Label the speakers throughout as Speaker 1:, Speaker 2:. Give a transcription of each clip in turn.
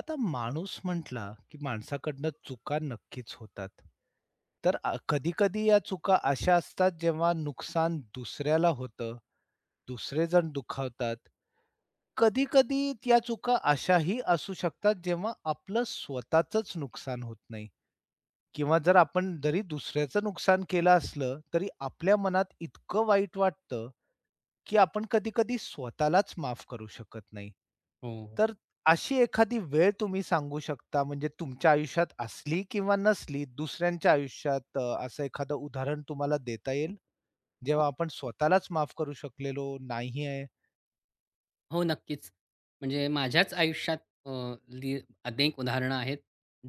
Speaker 1: आता माणूस म्हटला, की माणसाकडनं चुका नक्कीच होतात. तर कधी-कधी या चुका अशा असतात जेव्हा नुकसान दुसऱ्याला होतं, दुसरे जण दुखावतात. कधी-कधी या चुका अशाही असू शकतात जेव्हा आपलं स्वतःचंच नुकसान होत नाही किंवा जर आपण जरी दुसऱ्याचं नुकसान केलं असलं, तरी आपल्या मनात इतकं वाईट वाटतं की आपण कधी-कधी स्वतःलाच माफ करू शकत नाही.
Speaker 2: हो.
Speaker 1: तर अशी एखादी वेळ तुम्ही सांगू शकता म्हणजे तुमच्या आयुष्यात असली किंवा नसली, दुसऱ्यांच्या आयुष्यात असं एखादं उदाहरण तुम्हाला देता येईल? जेव्हा
Speaker 2: हो,
Speaker 1: आपण स्वतःलाच माफ करू शकलेलो नाही आहे.
Speaker 2: हो, नक्कीच. म्हणजे माझ्याच आयुष्यात अ, ली अनेक उदाहरणं आहेत.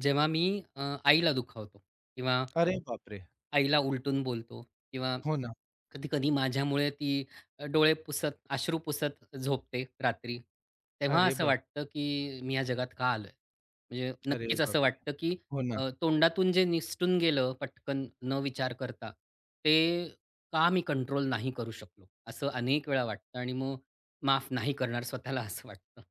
Speaker 2: जेव्हा मी आईला दुखावतो किंवा
Speaker 1: अरे बापरे!
Speaker 2: आईला उलटून बोलतो किंवा
Speaker 1: हो ना.
Speaker 2: कधी-कधी माझ्यामुळे ती डोळे पुसत, अश्रू पुसत झोपते रात्री. तेव्हा
Speaker 1: अरे
Speaker 2: असं
Speaker 1: बाप
Speaker 2: वाटतं, की मी या जगात का आलोय? म्हणजे
Speaker 1: अरे
Speaker 2: नक्कीच असं
Speaker 1: बापरे!
Speaker 2: वाटतं, की
Speaker 1: हो ना.
Speaker 2: तोंडातून जे निसटून गेलं पटकन न विचार करता, ते का मी कंट्रोल नाही करू शकलो? असं अनेक वेळा वाटतं आणि मग माफ नाही करणार स्वतःला असं वाटतं.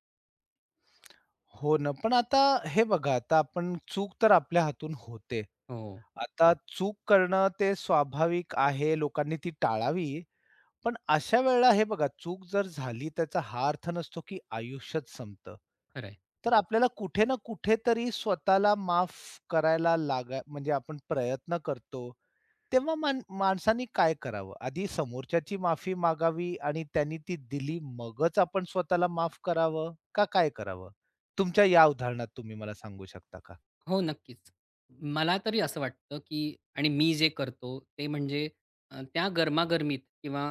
Speaker 1: हो ना. पण आता हे बघा आता आपण चूक तर आपल्या हातून होते.
Speaker 2: हो,
Speaker 1: आता चूक करणं ते स्वाभाविक आहे, लोकांनी ती टाळावी. पण अशा वेळेला हे बघा, चूक जर झाली त्याचा हा अर्थ नसतो, की आयुष्यच संपतं.
Speaker 2: खरं.
Speaker 1: तर आपल्याला कुठे ना कुठेतरी स्वतःला माफ करायला लागा म्हणजे आपण प्रयत्न करतो. तेव्हा माणसाने काय करावं? आधी समोरच्याची माफी मागावी आणि त्यांनी ती दिली मगच आपण स्वतःला माफ करावं का काय करावं? तुमच्या या उदाहरणात तुम्ही मला सांगू शकता का?
Speaker 2: हो, नक्कीच. मला तरी असं वाटतं, की आणि मी जे करतो ते म्हणजे त्या गरमागरमीत किंवा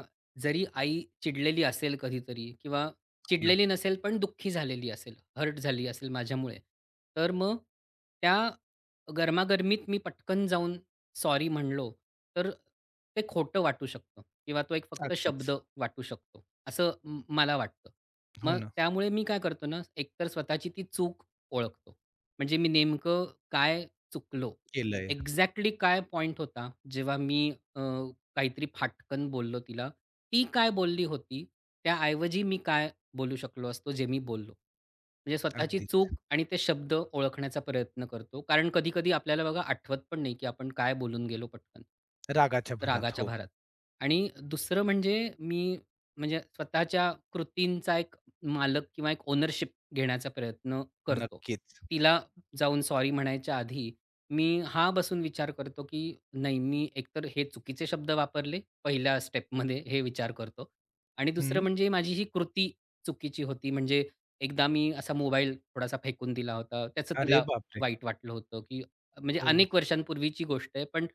Speaker 2: जरी आई चिडलेली असेल कधीतरी किंवा
Speaker 1: हो ना.
Speaker 2: चिडलेली नसेल पण दुःखी झालेली असेल, हर्ट झाली असेल माझ्यामुळे, तर मग त्या गरमागरमीत मी पटकन जाऊन सॉरी म्हणलो, तर ते खोटं वाटू शकतं किंवा तो एक फक्त
Speaker 1: अगदीच.
Speaker 2: शब्द वाटू शकतो, असं मला वाटतं.
Speaker 1: हो
Speaker 2: मग
Speaker 1: ना.
Speaker 2: त्यामुळे मी काय करतो ना, एकतर स्वतःची ती चूक ओळखतो म्हणजे मी नेमकं काय चुकलो?
Speaker 1: केलंय.
Speaker 2: एक्झॅक्टली काय पॉइंट होता, जेव्हा मी अ, काहीतरी फाटकन बोललो तिला. ती काय बोलली होती, त्याऐवजी मी काय बोलू शकलो असतो, जे मी बोललो. म्हणजे स्वतःची
Speaker 1: अगदी.
Speaker 2: चूक आणि ते शब्द ओळखण्याचा प्रयत्न करतो. कारण कधी-कधी आपल्याला बघा आठवत पण नाही, की आपण काय बोलून गेलो पटकन,
Speaker 1: रागाच्या भरात.
Speaker 2: रागाच्या
Speaker 1: हो.
Speaker 2: भरात. आणि दुसरं म्हणजे मी म्हणजे स्वतःच्या कृतींचा एक मालक किंवा एक ओनरशिप घेण्याचा प्रयत्न करतो.
Speaker 1: नक्कीच.
Speaker 2: तिला जाऊन सॉरी म्हणायच्या आधी, मी हा बसून विचार करतो, की नाही मी एकतर हे चुकीचे शब्द वापरले पहिल्या स्टेपमध्ये हे विचार करतो. आणि दुसरं
Speaker 1: हं.
Speaker 2: म्हणजे माझी ही कृती चुकीची होती. म्हणजे एकदा मी असा मोबाईल थोडासा फेकून दिला होता. त्याचं
Speaker 1: अरे
Speaker 2: तिला
Speaker 1: बापरे!
Speaker 2: वाईट वाटलं होतं, की म्हणजे
Speaker 1: हो.
Speaker 2: अनेक वर्षांपूर्वीची गोष्ट आहे. पण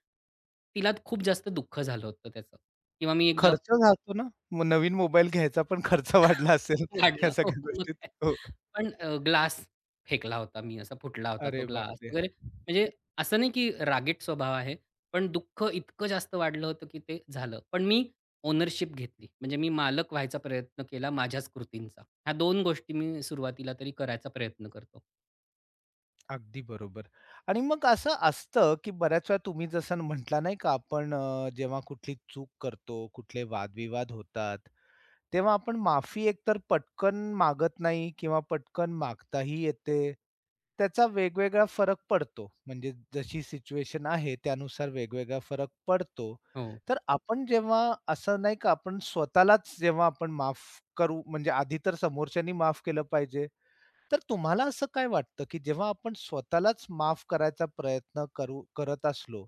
Speaker 2: तिला खूप जास्त दुःख झालं होतं त्याचं. किंवा मी एकदा
Speaker 1: खर्च जातो ना. मग नवीन मोबाईल घ्यायचा पण खर्च वाढला असेल या
Speaker 2: वाढलं. हो,
Speaker 1: सगळ्या
Speaker 2: मग
Speaker 1: गोष्टीत.
Speaker 2: काय.
Speaker 1: हो.
Speaker 2: पण ग्लास फेकला होता मी, असा फुटला होता
Speaker 1: अरे
Speaker 2: तो ग्लास
Speaker 1: बापरे!
Speaker 2: वगैरे. म्हणजे असं नाही की रागीट स्वभाव आहे, पण दुःख इतकं जास्त वाढलं होतं की ते झालं. पण मी ओनरशिप घेतली. म्हणजे मी मालक व्हायचा प्रयत्न केला माझ्याच कृतींचा. ह्या 2 गोष्टी मी सुरुवातीला तरी करायचा प्रयत्न करतो.
Speaker 1: अगदी बरोबर. आणि मग असं असतं, की बऱ्याच वेळा तुम्ही जसं म्हटला नाही का आपण जेव्हा कुठली चूक करतो, कुठले वादविवाद होतात तेव्हा आपण माफी एकतर पटकन मागत नाही किंवा पटकन मागताही येते. त्याचा वेगवेगळा फरक पडतो. म्हणजे जशी सिच्युएशन आहे त्यानुसार वेगवेगळा फरक पडतो.
Speaker 2: हो,
Speaker 1: तर आपण जेव्हा असं नाही का आपण स्वतःलाच जेव्हा आपण माफ म्हणजे आधी तर समोरच्यानी माफ केलं पाहिजे. तर तुम्हाला असं काय वाटतं, की जेव्हा आपण स्वतःलाच माफ करायचा प्रयत्न करत असलो,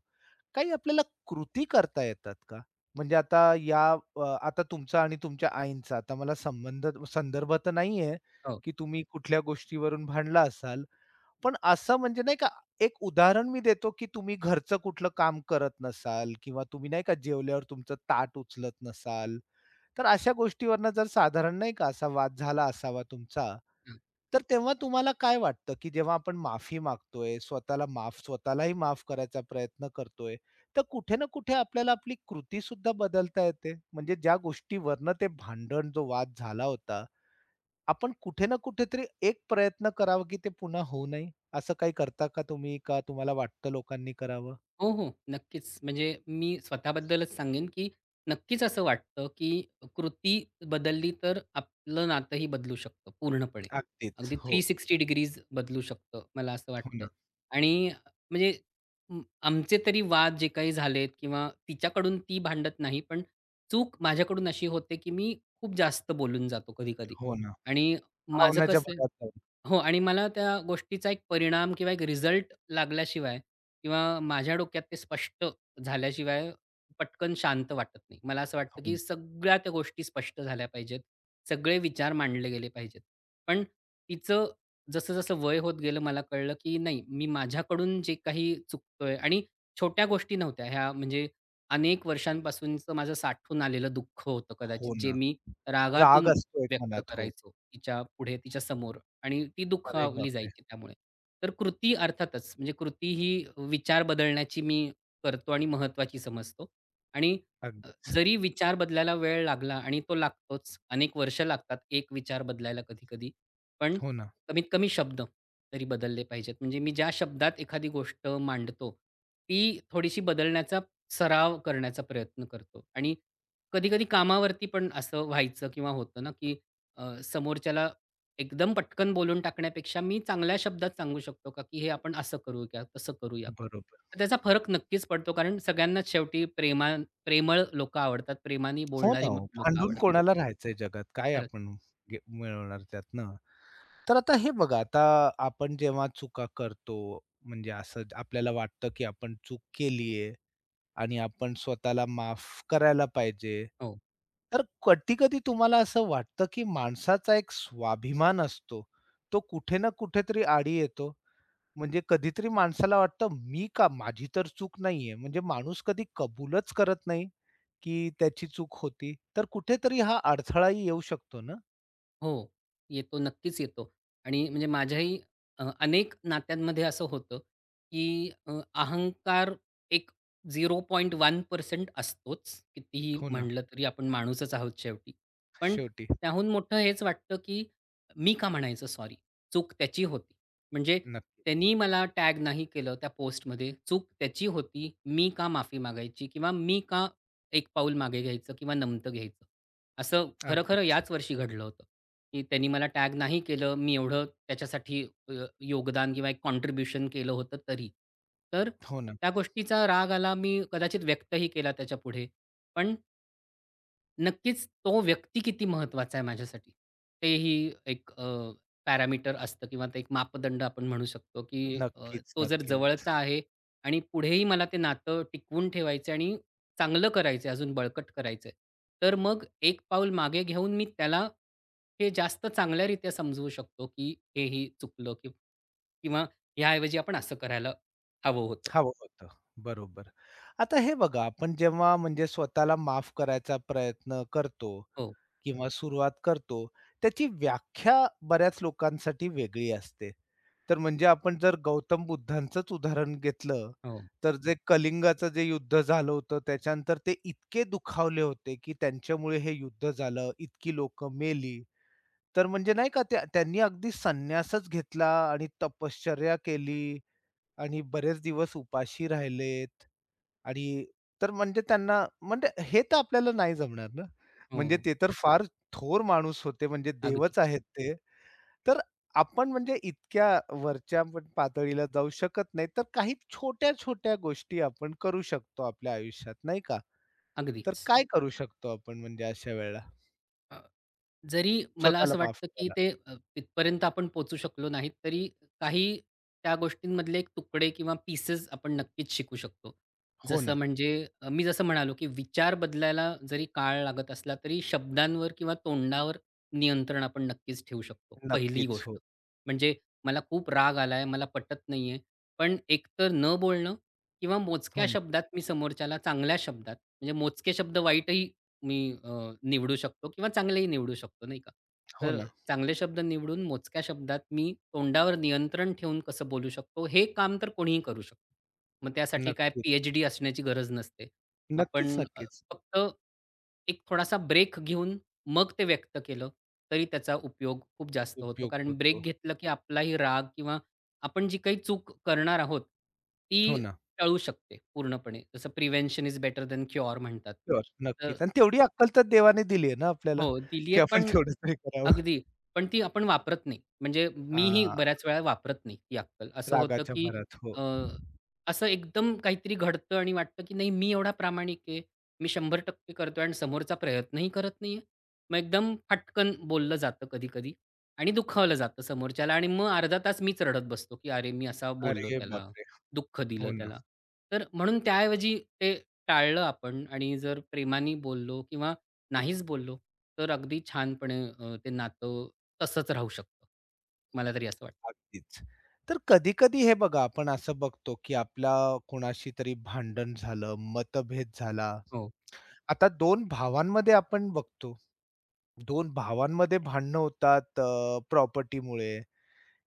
Speaker 1: काही आपल्याला कृती करता येतात का? म्हणजे आता या आता तुमचा आणि तुमच्या आईंचा आता मला संदर्भ तर नाहीये,
Speaker 2: हो.
Speaker 1: की तुम्ही कुठल्या गोष्टीवरून भांडला असाल. पण असं म्हणजे नाही का एक उदाहरण मी देतो, की तुम्ही घरचं कुठलं काम करत नसाल किंवा तुम्ही नाही का जेवल्यावर तुमचं ताट उचलत नसाल. तर अशा गोष्टीवरनं जर साधारण नाही का असा वाद झाला असावा तुमचा, तर तेव्हा तुम्हाला काय वाटतं, की जेव्हा आपण माफी मागतोय, स्वतःलाही माफ करायचा प्रयत्न करतोय, तर कुठे ना कुठे आपल्याला आपली कृतीसुद्धा बदलता येते. म्हणजे ज्या गोष्टीवरनं ते भांडण, जो वाद झाला होता, आपण कुठे ना कुठेतरी एक प्रयत्न करावा, की ते पुन्हा होऊ नये. असं काही करता का तुम्ही? का तुम्हाला वाटतं लोकांनी करावं?
Speaker 2: हो, हो. नक्कीच. म्हणजे मी स्वतःबद्दलच सांगेन, की नक्कीच असं वाटतं, की कृती बदलली तर आपलं नातंही बदलू शकतं पूर्णपणे.
Speaker 1: अगदीच.
Speaker 2: अगदी
Speaker 1: हो.
Speaker 2: 360 डिग्रीज बदलू शकतं, मला असं
Speaker 1: हो ना,
Speaker 2: वाटतं. आणि म्हणजे अं, आमचे तरी वाद जे काही झालेत किंवा तिच्याकडून ती भांडत नाही, पण चूक माझ्याकडून अशी होते, की मी खूप जास्त बोलून जातो कधी-कधी.
Speaker 1: हो ना.
Speaker 2: आणि माझं
Speaker 1: भावनाच्या
Speaker 2: कसं.
Speaker 1: भरात जाऊन.
Speaker 2: हो, आणि मला त्या गोष्टीचा एक परिणाम किंवा एक रिझल्ट लागल्याशिवाय किंवा माझ्या डोक्यात ते स्पष्ट झाल्याशिवाय पटकन शांत वाटत नाही. मला असं वाटतं
Speaker 1: हो,
Speaker 2: की
Speaker 1: ना
Speaker 2: सगळ्या त्या गोष्टी स्पष्ट झाल्या पाहिजेत. सगळे विचार मांडले गेले पाहिजेत. पण तिचं जसं-जसं वय होत गेलं मला कळलं की नाही, मी माझ्याकडून जे काही चुकतोय आणि छोट्या गोष्टी नव्हत्या ह्या म्हणजे अनेक वर्षांपासूनचं माझं साठून आलेलं दुःख होतं
Speaker 1: हो
Speaker 2: कदाचित, जे
Speaker 1: ना.
Speaker 2: मी
Speaker 1: राग
Speaker 2: रागातून
Speaker 1: असतो एक
Speaker 2: व्यक्त
Speaker 1: मनात. हो.
Speaker 2: करायचो तिच्यापुढे, तिच्यासमोर. आणि ती
Speaker 1: अरे
Speaker 2: दुखावली
Speaker 1: बापरे!
Speaker 2: जायची त्यामुळे. तर कृती अर्थातच म्हणजे कृती ही विचार बदलण्याची मी करतो आणि महत्वाची समजतो. आणि
Speaker 1: अगदीच.
Speaker 2: जरी विचार बदलायला वेळ लागला आणि तो लागतोच. अनेक वर्ष लागतात एक विचार बदलायला कधी-कधी. पण
Speaker 1: हो ना.
Speaker 2: कमीत कमी शब्द तरी बदलले पाहिजेत. म्हणजे मी ज्या शब्दात एखादी गोष्ट मांडतो, ती थोडीशी बदलण्याचा सराव करण्याचा प्रयत्न करतो. आणि कधी-कधी कामावरती पण असं व्हायचं किंवा होतं ना, की समोरच्याला एकदम पटकन बोलून टाकण्यापेक्षा मी चांगल्या शब्दात सांगू शकतो का, की हे आपण असं करू का, तसं करूया का?
Speaker 1: बरोबर.
Speaker 2: तर त्याचा फरक नक्कीच पडतो. कारण सगळ्यांनाच शेवटी प्रेमळ लोकं आवडतात. प्रेमाने
Speaker 1: हो ना,
Speaker 2: बोलणारी
Speaker 1: हो.
Speaker 2: लोकं
Speaker 1: भांडून
Speaker 2: आवडतात.
Speaker 1: कोणाला राहायचंय जगात? काय
Speaker 2: खरंच.
Speaker 1: आपण गे मिळवणार त्यातनं? तर आता हे बघा, आता आपण जेव्हा चुका करतो, म्हणजे असं आपल्याला वाटतं, की आपण चूक केलीये. आणि आपण स्वतःला माफ करायला पाहिजे.
Speaker 2: हो.
Speaker 1: तर कधी-कधी तुम्हाला असं वाटतं, की माणसाचा एक स्वाभिमान असतो, तो कुठे ना कुठेतरी आडी येतो. म्हणजे कधीतरी माणसाला वाटतं, "मी का? माझी तर चूक नाहीये." म्हणजे माणूस कधी कबूलच करत नाही, की त्याची चूक होती. तर कुठेतरी हा अडथळाही येऊ शकतो ना?
Speaker 2: हो. येतो, नक्कीच येतो. आणि म्हणजे माझ्याही अनेक नात्यांमध्ये असं होतं, की अहंकार एक 0.1% असतोच. कितीही
Speaker 1: हो ना.
Speaker 2: म्हटलं तरी आपण माणूसच आहोत शेवटी. पण
Speaker 1: शेवटी.
Speaker 2: त्याहून मोठं हेच वाटतं, की मी का म्हणायचं सॉरी? चूक त्याची होती. म्हणजे
Speaker 1: नक्की.
Speaker 2: त्यांनी मला टॅग नाही केलं त्या पोस्टमध्ये. चूक त्याची होती. मी का माफी मागायची? किंवा मी का एक पाऊल मागे घ्यायचं किंवा नमतं घ्यायचं? असं खरं-खरं
Speaker 1: अगदीच.
Speaker 2: याच वर्षी घडलं होतं, की त्यांनी मला टॅग नाही केलं. मी एवढं त्याच्यासाठी योगदान किंवा एक कॉन्ट्रिब्युशन केलं होतं तरी. तर
Speaker 1: हो ना.
Speaker 2: त्या गोष्टीचा राग आला. मी कदाचित व्यक्तही केला त्याच्या पुढे. पण नक्कीच तो व्यक्ती किती महत्वाचा आहे माझ्यासाठी. तेही एक पॅरामीटर असतं किंवा ते एक मापदंड आपण म्हणू शकतो, की
Speaker 1: नक्कीच,
Speaker 2: तो जर
Speaker 1: नक्की.
Speaker 2: जवळचा आहे आणि पुढेही मला ते नातं टिकवून ठेवायचं आणि चांगलं करायचं आहे, अजून बळकट करायचं तर मग एक पाऊल मागे घेऊन मी त्याला हे जास्त चांगल्यारीत्या समजवू शकतो, की हेही चुकलं की किंवा ह्याऐवजी आपण असं करायला हवं होतं.
Speaker 1: हवं होतं. बरोबर. आता हे बघा, आपण जेव्हा म्हणजे स्वतःला माफ करायचा प्रयत्न करतो
Speaker 2: हो,
Speaker 1: किंवा सुरुवात करतो, त्याची व्याख्या बऱ्याच लोकांसाठी वेगळी असते. तर म्हणजे आपण जर गौतम बुद्धांचंच उदाहरण घेतलं,
Speaker 2: हो,
Speaker 1: तर जे कलिंगाचं जे युद्ध झालं होतं, त्याच्यानंतर ते इतके दुखावले होते, की त्यांच्यामुळे हे युद्ध झालं, इतकी लोकं मेली. तर म्हणजे नाही का त्यांनी अगदी संन्यासच घेतला आणि तपश्चर्या केली आणि बरेच दिवस उपाशी राहिलेत आणि तर म्हणजे त्यांना म्हणजे हे तर आपल्याला नाही जमणार ना. म्हणजे
Speaker 2: हो.
Speaker 1: ते तर फार थोर माणूस होते म्हणजे
Speaker 2: अगदी,
Speaker 1: देवच आहेत ते. तर आपण म्हणजे इतक्या वरच्या पण पातळीला जाऊ शकत नाही. तर काही छोट्या-छोट्या गोष्टी आपण करू शकतो आपल्या आयुष्यात नाही का? तर
Speaker 2: अगदीच.
Speaker 1: काय करू शकतो आपण म्हणजे अशा वेळेला?
Speaker 2: जरी मला
Speaker 1: स्वतःला
Speaker 2: असं
Speaker 1: माफ
Speaker 2: वाटतं, की
Speaker 1: करायला.
Speaker 2: ते तिथपर्यंत आपण पोहोचू शकलो नाहीत, तरी काही त्या गोष्टींमधले एक तुकडे किंवा पीसेस आपण नक्कीच शिकू शकतो.
Speaker 1: हो
Speaker 2: जसं
Speaker 1: ना.
Speaker 2: म्हणजे मी जसं म्हणालो, की विचार बदलायला जरी काळ लागत असला, तरी शब्दांवर किंवा तोंडावर नियंत्रण आपण नक्कीच ठेवू शकतो, पहिली
Speaker 1: नक्कीच. हो.
Speaker 2: गोष्ट. म्हणजे मला खूप राग आलाय, मला पटत नाहीये, पण एकतर न बोलणं किंवा
Speaker 1: हो
Speaker 2: मोजक्या
Speaker 1: ना.
Speaker 2: शब्दात मी समोरच्याला चांगल्या शब्दात, म्हणजे मोजके शब्द वाईटही मी निवडू शकतो किंवा चांगलेही निवडू शकतो, नाही का?
Speaker 1: हो
Speaker 2: तर
Speaker 1: ना.
Speaker 2: चांगले शब्द निवडून मोजक्या शब्दात मी तोंडावर नियंत्रण ठेवून कसं बोलू शकतो, हे काम तर कोणीही करू शकतो. मग त्यासाठी काय
Speaker 1: नक्कीच.
Speaker 2: पी असण्याची गरज नसते.
Speaker 1: नक्कीच,
Speaker 2: आपण
Speaker 1: नक्कीच.
Speaker 2: फक्त एक थोडासा ब्रेक घेऊन मग ते व्यक्त केलं, तरी त्याचा उपयोग खूप जास्त होतो.
Speaker 1: उपयोग
Speaker 2: कारण ब्रेक
Speaker 1: होतो.
Speaker 2: घेतलं की आपलाही राग किंवा आपण जी काही चूक करणार आहोत, ती
Speaker 1: हो ना.
Speaker 2: टळू शकते पूर्णपणे. जसं prevention is better than cure म्हणतात.
Speaker 1: शुअर.
Speaker 2: तर
Speaker 1: नक्कीच आणि तेवढी अक्कल तर देवाने दिली आहे ना आपल्याला,
Speaker 2: हो,
Speaker 1: की
Speaker 2: दिलीये
Speaker 1: आपण
Speaker 2: पण.
Speaker 1: तेवढं तरी करावं.
Speaker 2: अगदी. पण ती आपण वापरत नाही. म्हणजे मीही
Speaker 1: हां,
Speaker 2: बऱ्याच वेळा वापरत नाही ती अक्कल. असं होतं,
Speaker 1: रागाच्या
Speaker 2: की
Speaker 1: भरात. हो.
Speaker 2: अ, असं एकदम काहीतरी घडतं आणि वाटतं, की नाही मी एवढा प्रामाणिक आहे. मी 100% करतोय आणि समोरचा प्रयत्नही करत नाहीये. मग एकदम फटकन बोललं जातं कधी-कधी आणि दुखावलं जातं समोरच्याला आणि मग अर्धा तास मीच रडत बसतो, की अरे मी असा बोललो
Speaker 1: अरे
Speaker 2: त्याला,
Speaker 1: बापरे!
Speaker 2: दुःख दिलं
Speaker 1: हो ना,
Speaker 2: त्याला. तर म्हणून त्याऐवजी ते टाळलं आपण आणि जर प्रेमाने बोललो किंवा नाहीच बोललो, तर अगदी छानपणे ते नातं तसंच राहू शकतं. मला तरी असं वाटतं.
Speaker 1: अगदीच. तर कधी-कधी हे बघा आपण असं बघतो, की आपला कोणाशी तरी भांडण झालं, मतभेद झाला.
Speaker 2: हो,
Speaker 1: आता 2 भावांमध्ये आपण बघतो, 2 भावांमध्ये भांडणं होतात, प्रॉपर्टीमुळे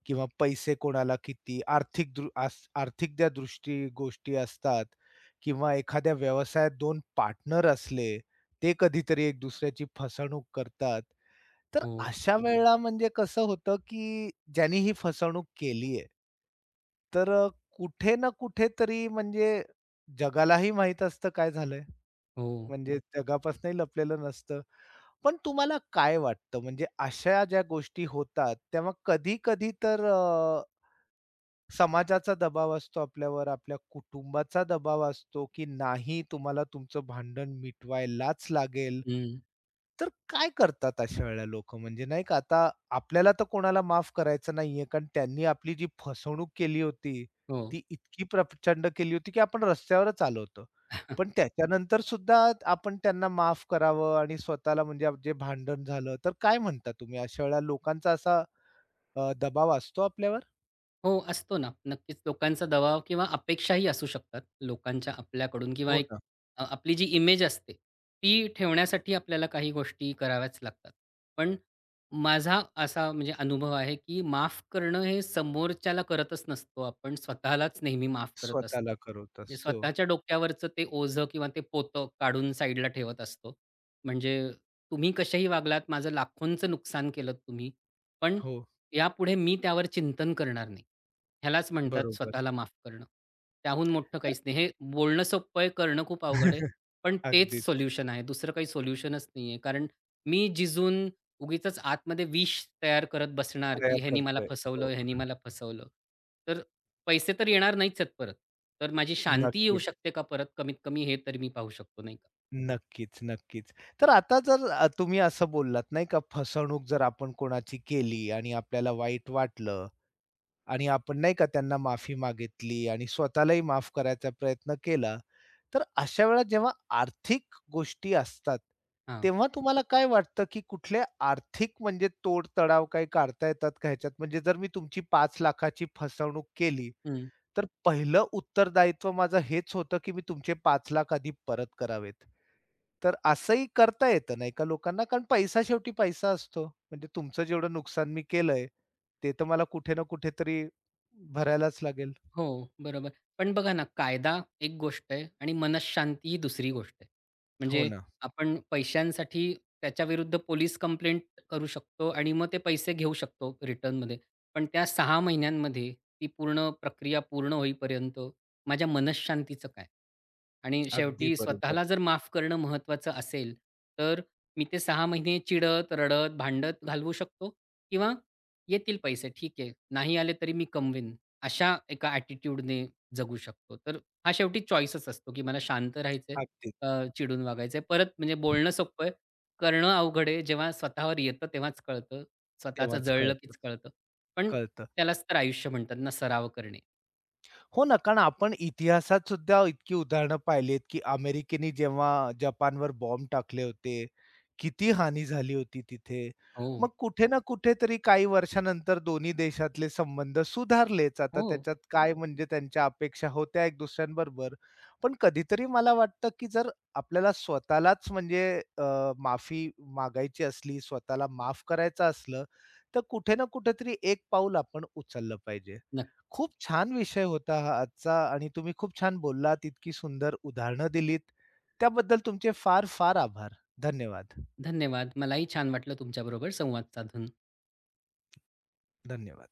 Speaker 1: किंवा पैसे कोणाला किती आर्थिक दृ आस आर्थिक त्या दृष्टी गोष्टी असतात किंवा एखाद्या व्यवसायात 2 पार्टनर असले, ते कधीतरी एक दुसऱ्याची फसवणूक करतात. तर
Speaker 2: हो,
Speaker 1: अशा वेळेला म्हणजे कसं होतं, की ज्यांनी ही फसवणूक केलीये, तर कुठे ना कुठेतरी म्हणजे जगालाही माहीत असतं काय झालंय.
Speaker 2: हो.
Speaker 1: म्हणजे जगापासनंही लपलेलं नसतं. पण तुम्हाला काय वाटतं म्हणजे अशा ज्या गोष्टी होतात, तेव्हा कधी-कधी तर समाजाचा दबाव असतो आपल्यावर, आपल्या कुटुंबाचा दबाव असतो, की नाही तुम्हाला तुमचं भांडण मिटवायलाच लागेल.
Speaker 2: हं,
Speaker 1: तर काय करतात अशा वेळेला लोकं? म्हणजे नाही का आता आपल्याला तर कोणाला माफ करायचं नाहीये, कारण त्यांनी आपली जी फसवणूक केली होती,
Speaker 2: हो.
Speaker 1: ती इतकी प्रचंड केली होती, की आपण रस्त्यावरच आलो होतो. पण त्याच्यानंतर सुद्धा आपण त्यांना माफ करावं आणि स्वतःला म्हणजे जे भांडण झालं, तर काय म्हणता तुम्ही? अशा वेळेला लोकांचा असा दबाव असतो आपल्यावर?
Speaker 2: हो, असतो ना. नक्कीच लोकांचा दबाव किंवा अपेक्षाही असू शकतात लोकांच्या आपल्याकडून किंवा
Speaker 1: हो
Speaker 2: एक आपली जी इमेज असते, ती ठेवण्यासाठी आपल्याला काही गोष्टी कराव्याच लागतात. पण माझा असा म्हणजे अनुभव आहे, की माफ करणं हे समोरच्याला करतच नसतो आपण स्वतःलाच नेहमी माफ करत असतो.
Speaker 1: स्वतःला करवत
Speaker 2: म्हणजे
Speaker 1: असतो.
Speaker 2: स्वतःच्या डोक्यावरचं ते ओझं किंवा ते पोतं काढून साईडला ठेवत असतो. म्हणजे तुम्ही कसेही वागलात, माझं लाखोंचं नुकसान केलत तुम्ही, पण
Speaker 1: हो,
Speaker 2: यापुढे मी त्यावर चिंतन करणार नाही. ह्यालाच म्हणतात
Speaker 1: बरोबर.
Speaker 2: स्वतःला माफ करणं. त्याहून मोठं
Speaker 1: तर
Speaker 2: काहीच नाही. हे बोलणं सोपं आहे, करणं खूप अवघड आहे. पण तेच
Speaker 1: अगदीच
Speaker 2: सोल्युशन आहे. दुसरं काही सोल्युशनच नाहीये. कारण मी जिजून उगीचच आतमध्ये विष तयार करत बसणार,
Speaker 1: तयार
Speaker 2: की ह्यानी मला
Speaker 1: करतोय.
Speaker 2: फसवलं,
Speaker 1: हो,
Speaker 2: ह्यानी मला फसवलं. तर पैसे तर येणार नाहीच आहेत परत. तर माझी शांती येऊ
Speaker 1: नक्कीच,
Speaker 2: शकते का परत कमीत कमी हे तरी मी पाहू शकतो, नाही का?
Speaker 1: नक्कीच, नक्कीच. तर आता जर तुम्ही असं बोललात नाही का फसवणूक जर आपण कोणाची केली आणि आपल्याला वाईट वाटलं आणि आपण नाही का त्यांना माफी मागितली आणि स्वतःलाही माफ करायचा प्रयत्न केला. तर अशा वेळेला जेव्हा आर्थिक गोष्टी असतात,
Speaker 2: हां.
Speaker 1: तेव्हा तुम्हाला काय वाटतं, की कुठले आर्थिक म्हणजे तोड-तडाव काही काढता येतात का ह्याच्यात? म्हणजे जर मी तुमची 5 लाखाची फसवणूक केली, तर पहिलं उत्तरदायित्व माझं हेच होतं, की मी तुमचे 5 लाख आधी परत करावेत. तर असंही करता येतं नाही का लोकांना, कारण पैसा शेवटी पैसा असतो. म्हणजे तुमचं जेवढं नुकसान मी केलंय, ते तर मला कुठे ना कुठेतरी भरायलाच लागेल.
Speaker 2: हो, बरोबर. पण बघा ना, कायदा एक गोष्ट आहे आणि मनःशांती ही दुसरी गोष्ट आहे.
Speaker 1: हो
Speaker 2: म्हणजे
Speaker 1: ना.
Speaker 2: आपण पैशांसाठी त्याच्याविरुद्ध पोलीस कंप्लेंट करू शकतो आणि मग ते पैसे घेऊ शकतो रिटर्नमध्ये. पण त्या 6 महिन्यांमध्ये ती पूर्ण प्रक्रिया पूर्ण होईपर्यंत माझ्या मनःशांतीचं काय? आणि
Speaker 1: अगदी
Speaker 2: शेवटी
Speaker 1: बरोबर.
Speaker 2: स्वतःला जर माफ करणं महत्त्वाचं असेल, तर मी ते 6 महिने चिडत, रडत, भांडत घालवू शकतो किंवा येतील पैसे ठीक आहे, नाही आले तरी मी कमवीन. अशा एका ॲटिट्यूडने जगू शकतो. तर हा शेवटी चॉईसच असतो, की मला शांत राहायचंय,
Speaker 1: अगदी.
Speaker 2: अ, चिडून वागायचंय. परत म्हणजे बोलणं सोपं आहे, करणं अवघड आहे. जेव्हा स्वतःवर येतं तेव्हाच कळतं. स्वतःचं
Speaker 1: तेव्हाच
Speaker 2: जळलं
Speaker 1: कळतं,
Speaker 2: कीच कळतं. पण
Speaker 1: कळतं.
Speaker 2: त्यालाच तर आयुष्य म्हणतात ना, सराव करणे.
Speaker 1: हो ना, कारण आपण इतिहासात सुद्धा इतकी उदाहरणं पाहिलीत, की अमेरिकेने जेव्हा जपानवर बॉम्ब टाकले होते, किती हानी झाली होती तिथे. मग
Speaker 2: हो,
Speaker 1: कुठे ना कुठेतरी काही वर्षानंतर दोन्ही देशातले संबंध सुधारलेच. आता
Speaker 2: हो,
Speaker 1: त्याच्यात काय म्हणजे त्यांच्या अपेक्षा होत्या एक दुसऱ्यांबरोबर. पण कधीतरी मला वाटतं, की जर आपल्याला स्वतःलाच म्हणजे माफी मागायची असली, स्वतःला माफ करायचं असलं, तर कुठे ना कुठेतरी एक पाऊल आपण उचललं पाहिजे.
Speaker 2: नक्कीच.
Speaker 1: खूप छान विषय होता हा आजचा आणि तुम्ही खूप छान बोललात. इतकी सुंदर उदाहरणं दिलीत. त्याबद्दल तुमचे फार, फार आभार. धन्यवाद.
Speaker 2: धन्यवाद. मलाही छान वाटलं तुमच्याबरोबर संवाद साधून.
Speaker 1: धन्यवाद.